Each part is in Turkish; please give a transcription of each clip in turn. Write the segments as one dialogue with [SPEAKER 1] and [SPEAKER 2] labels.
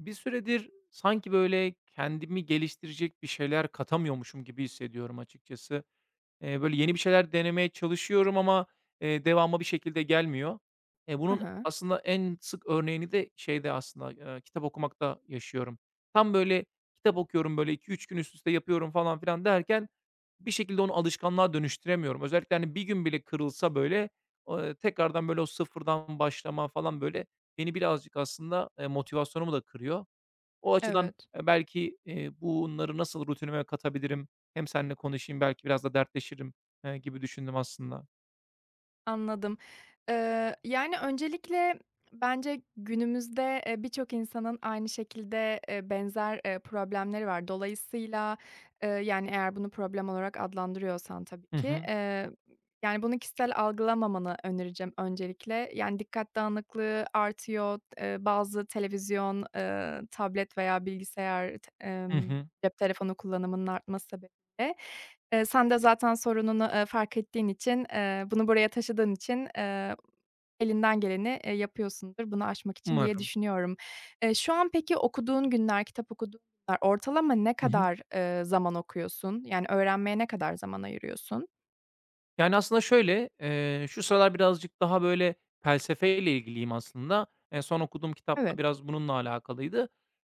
[SPEAKER 1] Bir süredir sanki böyle kendimi geliştirecek bir şeyler katamıyormuşum gibi hissediyorum açıkçası. Böyle yeni bir şeyler denemeye çalışıyorum ama devamı bir şekilde gelmiyor. Eee,
[SPEAKER 2] Hı
[SPEAKER 1] bunun
[SPEAKER 2] hı.
[SPEAKER 1] aslında en sık örneğini de şeyde aslında, kitap okumakta yaşıyorum. Tam böyle kitap okuyorum, böyle iki üç gün üst üste yapıyorum falan filan derken bir şekilde onu alışkanlığa dönüştüremiyorum. Özellikle, hani, bir gün bile kırılsa böyle, tekrardan böyle o sıfırdan başlama falan böyle beni birazcık aslında, motivasyonumu da kırıyor. O açıdan,
[SPEAKER 2] Evet,
[SPEAKER 1] belki, bunları nasıl rutinime katabilirim, hem seninle konuşayım belki biraz da dertleşirim, gibi düşündüm aslında.
[SPEAKER 2] anladım. Öncelikle bence günümüzde, birçok insanın aynı şekilde, benzer, problemleri var. Dolayısıyla, eğer bunu problem olarak adlandırıyorsan tabii
[SPEAKER 1] Hı
[SPEAKER 2] ki,
[SPEAKER 1] hı.
[SPEAKER 2] yani, bunu kişisel algılamamanı önereceğim öncelikle. Yani, dikkat dağınıklığı artıyor. Bazı televizyon, tablet veya bilgisayar, t
[SPEAKER 1] Hı hı.
[SPEAKER 2] cep telefonu kullanımının artması sebebiyle. Sen de zaten sorununu, fark ettiğin için, bunu buraya taşıdığın için, elinden geleni, yapıyorsundur bunu aşmak için diye
[SPEAKER 1] Umarım.
[SPEAKER 2] düşünüyorum. Şu an peki okuduğun günler, kitap okuduğun günler ortalama ne
[SPEAKER 1] Hı hı.
[SPEAKER 2] kadar, zaman okuyorsun? Yani öğrenmeye ne kadar zaman ayırıyorsun?
[SPEAKER 1] Yani, aslında şöyle, şu sıralar birazcık daha, böyle, felsefeyle ilgiliyim aslında. En son okuduğum
[SPEAKER 2] Evet,
[SPEAKER 1] kitapta biraz bununla alakalıydı.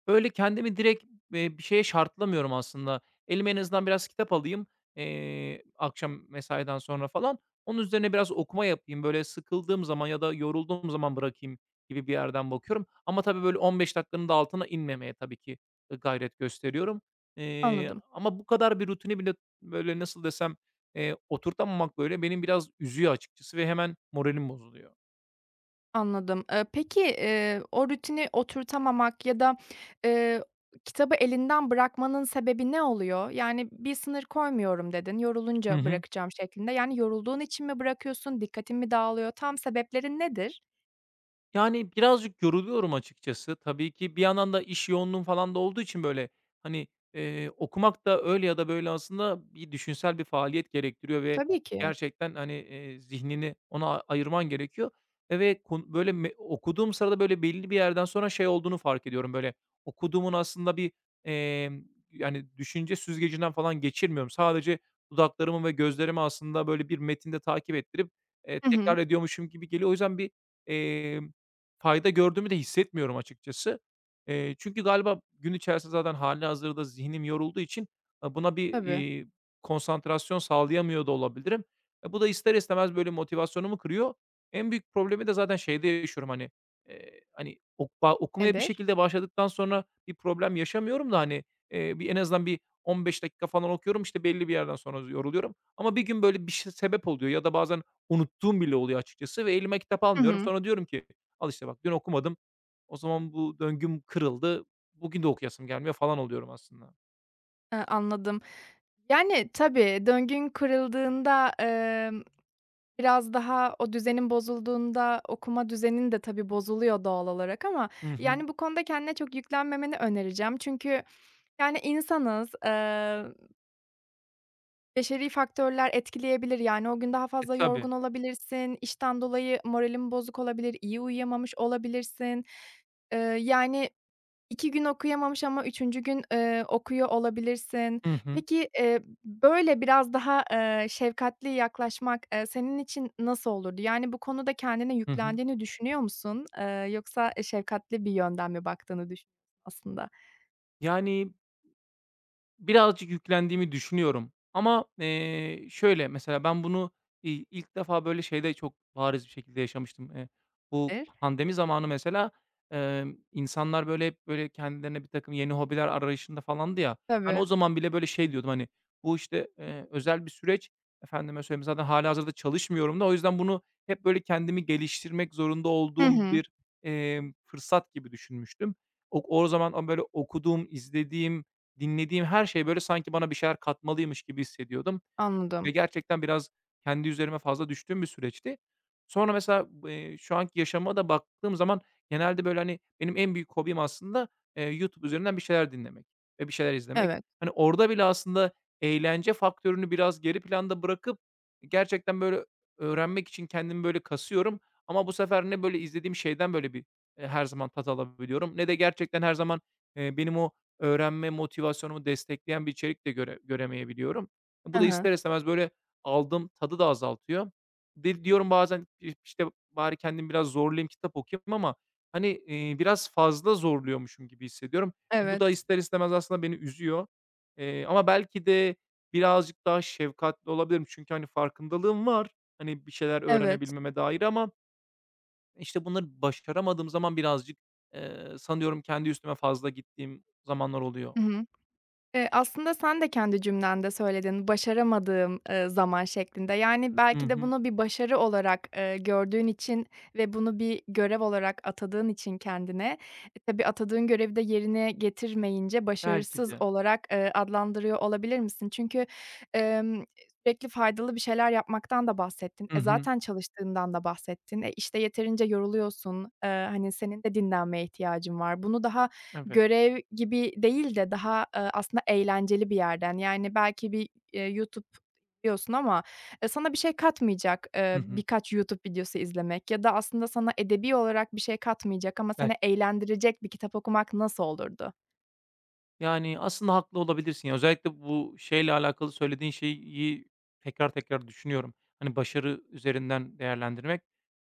[SPEAKER 1] Böyle, kendimi direkt, bir şeye şartlamıyorum aslında. Elime en azından biraz kitap alayım, akşam mesaiden sonra falan. Onun üzerine biraz okuma yapayım. Böyle, sıkıldığım zaman ya da yorulduğum zaman bırakayım gibi bir yerden bakıyorum. Ama tabii, böyle, 15 dakikanın da altına inmemeye tabii ki gayret gösteriyorum. Eee,
[SPEAKER 2] anladım.
[SPEAKER 1] ama bu kadar bir rutini bile, böyle, nasıl desem. Oturtamamak, böyle, beni biraz üzüyor açıkçası ve hemen moralim bozuluyor.
[SPEAKER 2] Anladım. Peki, o rutini oturtamamak ya da, eee, kitabı elinden bırakmanın sebebi ne oluyor? Yani, "Bir sınır koymuyorum." dedin,
[SPEAKER 1] Hı
[SPEAKER 2] "Yorulunca
[SPEAKER 1] hı.
[SPEAKER 2] bırakacağım." şeklinde. Yani, yorulduğun için mi bırakıyorsun, dikkatin mi dağılıyor? Tam sebeplerin nedir?
[SPEAKER 1] Yani, birazcık yoruluyorum açıkçası. Tabii ki bir yandan da iş yoğunluğum falan da olduğu için, böyle, hani, okumak da öyle ya da böyle aslında bir düşünsel bir faaliyet gerektiriyor ve
[SPEAKER 2] Tabii ki.
[SPEAKER 1] gerçekten, hani, zihnini ona ayırman gerekiyor. Ve kon böyle, me okuduğum sırada, böyle, belli bir yerden sonra şey olduğunu fark ediyorum, böyle, okuduğumun aslında bir, emm, yani, düşünce süzgecinden falan geçirmiyorum. Sadece dudaklarımı ve gözlerimi aslında, böyle, bir metinde takip ettirip,
[SPEAKER 2] Hı hı.
[SPEAKER 1] tekrar ediyormuşum gibi geliyor. O yüzden bir. emm Fayda gördüğümü de hissetmiyorum açıkçası. Çünkü galiba gün içerisinde zaten hâlihazırda zihnim yorulduğu için, buna bir,
[SPEAKER 2] Tabii.
[SPEAKER 1] konsantrasyon sağlayamıyor da olabilirim. E, bu da ister istemez böyle motivasyonumu kırıyor. En büyük problemi de zaten şeyde yaşıyorum, hani, hani, ok ba okumaya bir
[SPEAKER 2] Nedir?
[SPEAKER 1] şekilde başladıktan sonra bir problem yaşamıyorum da, hani, bir en azından bir 15 dakika falan okuyorum, işte, belli bir yerden sonra yoruluyorum ama bir gün böyle bir şey sebep oluyor ya da bazen unuttuğum bile oluyor açıkçası ve elime kitap
[SPEAKER 2] Hı
[SPEAKER 1] almıyorum.
[SPEAKER 2] hı.
[SPEAKER 1] Sonra diyorum ki, "Al işte bak, dün okumadım. O zaman bu döngüm kırıldı. Bugün de okuyasım gelmiyor." falan oluyorum aslında.
[SPEAKER 2] Anladım. Yani, tabii döngün kırıldığında, biraz daha o düzenin bozulduğunda okuma düzenin de tabii bozuluyor doğal olarak ama,
[SPEAKER 1] Hı hı.
[SPEAKER 2] yani, bu konuda kendine çok yüklenmemeni önereceğim. Çünkü, yani, insanız, beşeri faktörler etkileyebilir. Yani, o gün daha
[SPEAKER 1] E,
[SPEAKER 2] fazla
[SPEAKER 1] tabii.
[SPEAKER 2] yorgun olabilirsin, işten dolayı moralin bozuk olabilir, iyi uyuyamamış olabilirsin. Yani 2 gün okuyamamış ama üçüncü gün, okuyor olabilirsin.
[SPEAKER 1] Hı hı.
[SPEAKER 2] Peki, böyle biraz daha, şefkatli yaklaşmak, senin için nasıl olurdu? Yani bu konuda kendine
[SPEAKER 1] Hı hı.
[SPEAKER 2] yüklendiğini düşünüyor musun? Yoksa, şefkatli bir yönden mi baktığını düşün aslında?
[SPEAKER 1] Yani, birazcık yüklendiğimi düşünüyorum ama, şöyle, mesela ben bunu, ilk defa böyle şeyde çok bariz bir şekilde yaşamıştım. Bu pandemi zamanı mesela, insanlar böyle hep böyle kendilerine bir takım yeni hobiler arayışında falandı ya. Ben
[SPEAKER 2] Tabii.
[SPEAKER 1] o zaman bile böyle şey diyordum, hani, bu işte, özel bir süreç. Efendime söyleyeyim, zaten hâlihazırda çalışmıyorum da o yüzden bunu hep böyle kendimi geliştirmek zorunda
[SPEAKER 2] Hı
[SPEAKER 1] olduğum
[SPEAKER 2] hı.
[SPEAKER 1] bir, fırsat gibi düşünmüştüm. O zaman böyle okuduğum, izlediğim, dinlediğim her şey, böyle, sanki bana bir şeyler katmalıymış gibi hissediyordum.
[SPEAKER 2] Anladım.
[SPEAKER 1] Ve gerçekten biraz kendi üzerime fazla düştüğüm bir süreçti. Sonra mesela, şu anki yaşama da baktığım zaman genelde, böyle, hani, benim en büyük hobim aslında, YouTube üzerinden bir şeyler dinlemek ve bir şeyler izlemek.
[SPEAKER 2] Evet.
[SPEAKER 1] Hani, orada bile aslında eğlence faktörünü biraz geri planda bırakıp gerçekten, böyle, öğrenmek için kendimi, böyle, kasıyorum ama bu sefer ne, böyle, izlediğim şeyden, böyle, bir, her zaman tat alabiliyorum ne de gerçekten her zaman, benim o öğrenme motivasyonumu destekleyen bir içerik de göre göremeyebiliyorum.
[SPEAKER 2] Hı
[SPEAKER 1] Bu da
[SPEAKER 2] hı.
[SPEAKER 1] ister istemez böyle aldığım tadı da azaltıyor. Diyorum bazen, işte, bari kendimi biraz zorlayayım, kitap okuyayım ama, hani, biraz fazla zorluyormuşum gibi hissediyorum. E, bu
[SPEAKER 2] Evet.
[SPEAKER 1] da ister istemez aslında beni üzüyor. Ama belki de birazcık daha şefkatli olabilirim. Çünkü, hani, farkındalığım var, hani, bir şeyler
[SPEAKER 2] Evet.
[SPEAKER 1] öğrenebilmeme dair ama, işte, bunları başaramadığım zaman birazcık, sanıyorum kendi üstüme fazla gittiğim zamanlar oluyor.
[SPEAKER 2] Hı hı. Aslında sen de kendi cümlende söyledin, "Başaramadığım, zaman" şeklinde. Yani,
[SPEAKER 1] Hı
[SPEAKER 2] belki de
[SPEAKER 1] hı.
[SPEAKER 2] bunu bir başarı olarak, gördüğün için ve bunu bir görev olarak atadığın için kendine, e, tabii atadığın görevi de yerine getirmeyince
[SPEAKER 1] Belki
[SPEAKER 2] başarısız
[SPEAKER 1] de.
[SPEAKER 2] olarak, adlandırıyor olabilir misin? Çünkü, emm, sürekli faydalı bir şeyler yapmaktan da bahsettin.
[SPEAKER 1] Hı
[SPEAKER 2] E,
[SPEAKER 1] hı.
[SPEAKER 2] zaten çalıştığından da bahsettin. E, işte, yeterince yoruluyorsun. Hani, senin de dinlenmeye ihtiyacın var. Bunu daha
[SPEAKER 1] Evet.
[SPEAKER 2] görev gibi değil de daha, aslında eğlenceli bir yerden. Yani belki bir, YouTube izliyorsun ama, sana bir şey katmayacak,
[SPEAKER 1] Hı hı.
[SPEAKER 2] birkaç YouTube videosu izlemek ya da aslında sana edebi olarak bir şey katmayacak ama seni
[SPEAKER 1] Belki.
[SPEAKER 2] eğlendirecek bir kitap okumak nasıl olurdu?
[SPEAKER 1] Yani, aslında haklı olabilirsin. Ya, özellikle bu şeyle alakalı söylediğin şeyi tekrar tekrar düşünüyorum. Hani, başarı üzerinden değerlendirmek.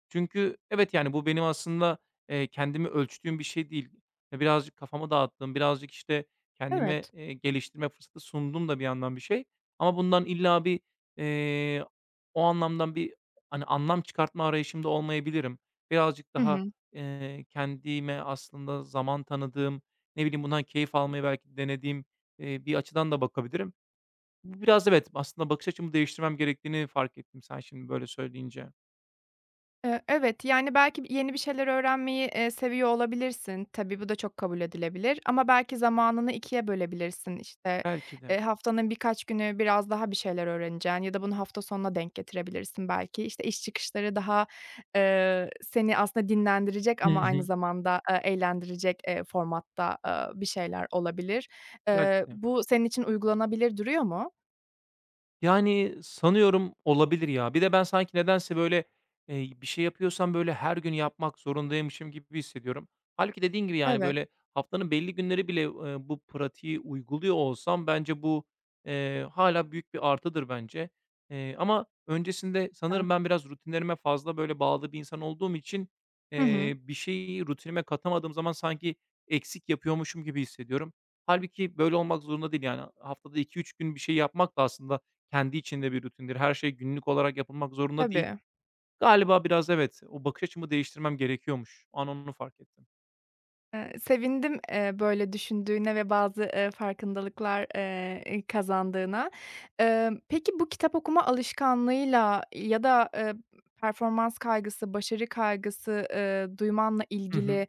[SPEAKER 1] Çünkü evet, yani, bu benim aslında, kendimi ölçtüğüm bir şey değil. Ya, birazcık kafamı dağıttım, birazcık, işte, kendime,
[SPEAKER 2] Evet.
[SPEAKER 1] geliştirme fırsatı sundum da bir yandan bir şey. Ama bundan illa bir, eee, o anlamdan bir, hani, anlam çıkartma arayışımda olmayabilirim. Birazcık
[SPEAKER 2] Hı
[SPEAKER 1] daha,
[SPEAKER 2] hı.
[SPEAKER 1] kendime aslında zaman tanıdığım, ne bileyim, bundan keyif almayı belki denediğim, bir açıdan da bakabilirim. Bu biraz evet, aslında bakış açımı değiştirmem gerektiğini fark ettim sen şimdi böyle söyleyince.
[SPEAKER 2] Evet, yani, belki yeni bir şeyler öğrenmeyi, seviyor olabilirsin. Tabii, bu da çok kabul edilebilir ama belki zamanını ikiye bölebilirsin. İşte,
[SPEAKER 1] Belki de.
[SPEAKER 2] haftanın birkaç günü biraz daha bir şeyler öğreneceksin ya da bunu hafta sonuna denk getirebilirsin belki. İşte, iş çıkışları daha, seni aslında dinlendirecek ama
[SPEAKER 1] Hı
[SPEAKER 2] aynı
[SPEAKER 1] hı.
[SPEAKER 2] zamanda, eğlendirecek, formatta, bir şeyler olabilir.
[SPEAKER 1] Belki de.
[SPEAKER 2] Bu senin için uygulanabilir duruyor mu?
[SPEAKER 1] Yani, sanıyorum olabilir ya. Bir de ben sanki nedense, böyle, bir şey yapıyorsam, böyle, her gün yapmak zorundaymışım gibi hissediyorum. Halbuki dediğin gibi, yani,
[SPEAKER 2] Evet.
[SPEAKER 1] böyle, haftanın belli günleri bile, bu pratiği uyguluyor olsam bence bu, hâlâ büyük bir artıdır bence. Ama öncesinde
[SPEAKER 2] Ha.
[SPEAKER 1] sanırım ben biraz rutinlerime fazla, böyle, bağlı bir insan olduğum için,
[SPEAKER 2] Hı hı.
[SPEAKER 1] bir şeyi rutinime katamadığım zaman sanki eksik yapıyormuşum gibi hissediyorum. Halbuki böyle olmak zorunda değil, yani. Haftada iki üç gün bir şey yapmak da aslında kendi içinde bir rutindir. Her şey günlük olarak yapılmak zorunda değil.
[SPEAKER 2] Tabii.
[SPEAKER 1] Galiba biraz evet, o bakış açımı değiştirmem gerekiyormuş. O an onu fark ettim.
[SPEAKER 2] Sevindim, böyle düşündüğüne ve bazı, farkındalıklar, kazandığına. Peki bu kitap okuma alışkanlığıyla ya da, performans kaygısı, başarı kaygısı, duymanla
[SPEAKER 1] Hı hı.
[SPEAKER 2] ilgili,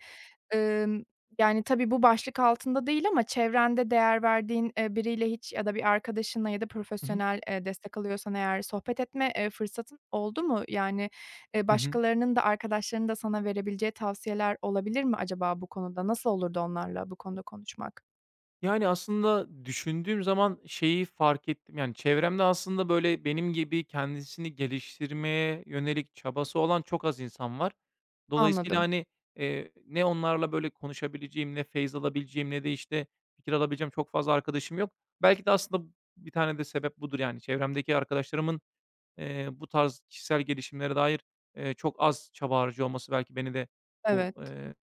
[SPEAKER 2] emm, yani, tabii bu başlık altında değil ama çevrende değer verdiğin, biriyle hiç ya da bir arkadaşınla ya da
[SPEAKER 1] Hı hı.
[SPEAKER 2] profesyonel, destek alıyorsan eğer sohbet etme, fırsatın oldu mu? Yani,
[SPEAKER 1] Hı hı.
[SPEAKER 2] başkalarının da arkadaşlarının da sana verebileceği tavsiyeler olabilir mi acaba bu konuda? Nasıl olurdu onlarla bu konuda konuşmak?
[SPEAKER 1] Yani, aslında düşündüğüm zaman şeyi fark ettim, yani, çevremde aslında, böyle, benim gibi kendisini geliştirmeye yönelik çabası olan çok az insan var. Dolayısıyla,
[SPEAKER 2] Anladım.
[SPEAKER 1] hani, ne onlarla, böyle, konuşabileceğim, ne feyz alabileceğim ne de, işte, fikir alabileceğim çok fazla arkadaşım yok. Belki de aslında bir tane de sebep budur, yani. Çevremdeki arkadaşlarımın bu tarz kişisel gelişimlere dair, çok az çaba harcıyor olması belki beni de bu,
[SPEAKER 2] Evet.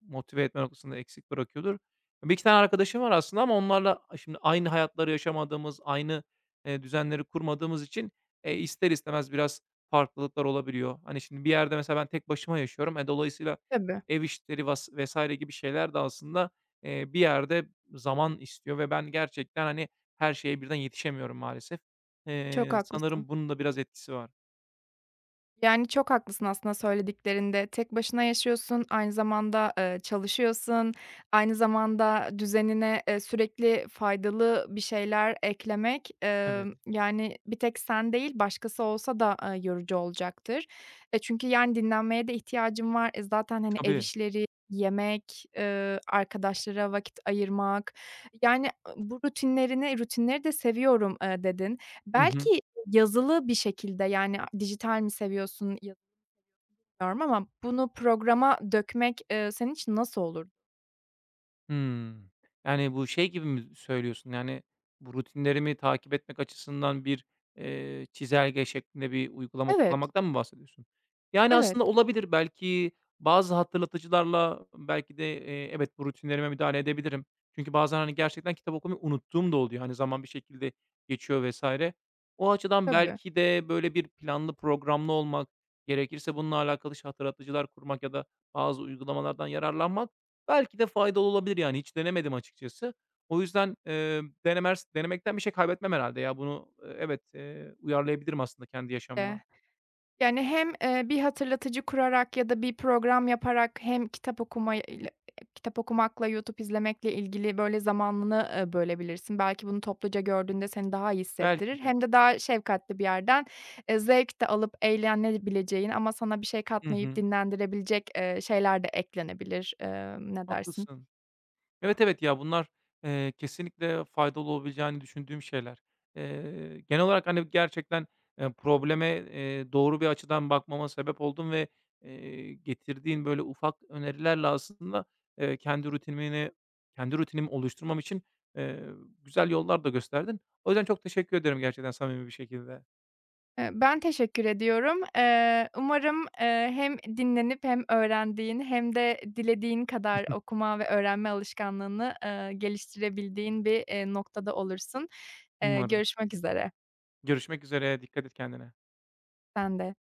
[SPEAKER 1] motive etme noktasında eksik bırakıyordur. Bir iki tane arkadaşım var aslında ama onlarla şimdi aynı hayatları yaşamadığımız, aynı, düzenleri kurmadığımız için, ister istemez biraz farklılıklar olabiliyor. Hani, şimdi bir yerde mesela ben tek başıma yaşıyorum. E, dolayısıyla
[SPEAKER 2] Tabii.
[SPEAKER 1] ev işleri vs. gibi şeyler de aslında, bir yerde zaman istiyor ve ben gerçekten, hani, her şeye birden yetişemiyorum maalesef.
[SPEAKER 2] Çok
[SPEAKER 1] Eee,
[SPEAKER 2] haklısın.
[SPEAKER 1] sanırım bunun da biraz etkisi var.
[SPEAKER 2] Yani, çok haklısın aslında söylediklerinde. Tek başına yaşıyorsun, aynı zamanda, çalışıyorsun, aynı zamanda düzenine, sürekli faydalı bir şeyler eklemek,
[SPEAKER 1] Evet,
[SPEAKER 2] yani, bir tek sen değil, başkası olsa da, yorucu olacaktır. E, çünkü, yani, dinlenmeye de ihtiyacın var. E, zaten, hani, ev
[SPEAKER 1] tabii.
[SPEAKER 2] işleri, yemek, arkadaşlara vakit ayırmak, yani, e, bu rutinleri de seviyorum, dedin.
[SPEAKER 1] Hı hı.
[SPEAKER 2] Belki yazılı bir şekilde, yani, dijital mi seviyorsun ya bilmiyorum ama bunu programa dökmek, senin için nasıl olurdu?
[SPEAKER 1] Hımm. Yani, bu şey gibi mi söylüyorsun? Yani, bu rutinlerimi takip etmek açısından bir, çizelge şeklinde bir uygulama
[SPEAKER 2] Evet,
[SPEAKER 1] kullanmaktan mı bahsediyorsun? Yani,
[SPEAKER 2] evet.
[SPEAKER 1] aslında olabilir. Belki bazı hatırlatıcılarla belki de, evet, bu rutinlerime müdahale edebilirim. Çünkü bazen, hani, gerçekten kitap okumayı unuttuğum da oluyor. Hani, zaman bir şekilde geçiyor vs. O açıdan
[SPEAKER 2] Tabii.
[SPEAKER 1] belki de, böyle, bir planlı programlı olmak, gerekirse bununla alakalı hatırlatıcılar kurmak ya da bazı uygulamalardan yararlanmak belki de faydalı olabilir yani. Hiç denemedim açıkçası. O yüzden, denemers denemekten bir şey kaybetmem herhâlde ya. Bunu, evet, uyarlayabilirim aslında kendi
[SPEAKER 2] De
[SPEAKER 1] yaşamıma.
[SPEAKER 2] yani hem, bir hatırlatıcı kurarak ya da bir program yaparak hem kitap okuma, kitap okumakla, YouTube izlemekle ilgili böyle zamanını, bölebilirsin. Belki bunu topluca gördüğünde seni daha iyi hissettirir.
[SPEAKER 1] Belki de.
[SPEAKER 2] Hem de daha şefkatli bir yerden, zevk de alıp eğlenebileceğin ama sana bir şey
[SPEAKER 1] Hı
[SPEAKER 2] katmayıp
[SPEAKER 1] hı.
[SPEAKER 2] dinlendirebilecek, şeyler de eklenebilir. Ne dersin?
[SPEAKER 1] Haklısın. Evet, evet, ya, bunlar, kesinlikle faydalı olabileceğini düşündüğüm şeyler. Genel olarak, hani, gerçekten, probleme, doğru bir açıdan bakmama sebep oldun ve, getirdiğin böyle ufak önerilerle aslında, eee, kendi rutinimi kendi rutinimi oluşturmam için, eee, güzel yollar da gösterdin. O yüzden çok teşekkür ederim gerçekten samimi bir şekilde.
[SPEAKER 2] Ben teşekkür ediyorum. Umarım, hem dinlenip hem öğrendiğin hem de dilediğin kadar okuma ve öğrenme alışkanlığını, geliştirebildiğin bir, noktada olursun.
[SPEAKER 1] Umarım.
[SPEAKER 2] Görüşmek üzere.
[SPEAKER 1] Görüşmek üzere, dikkat et kendine.
[SPEAKER 2] Ben de.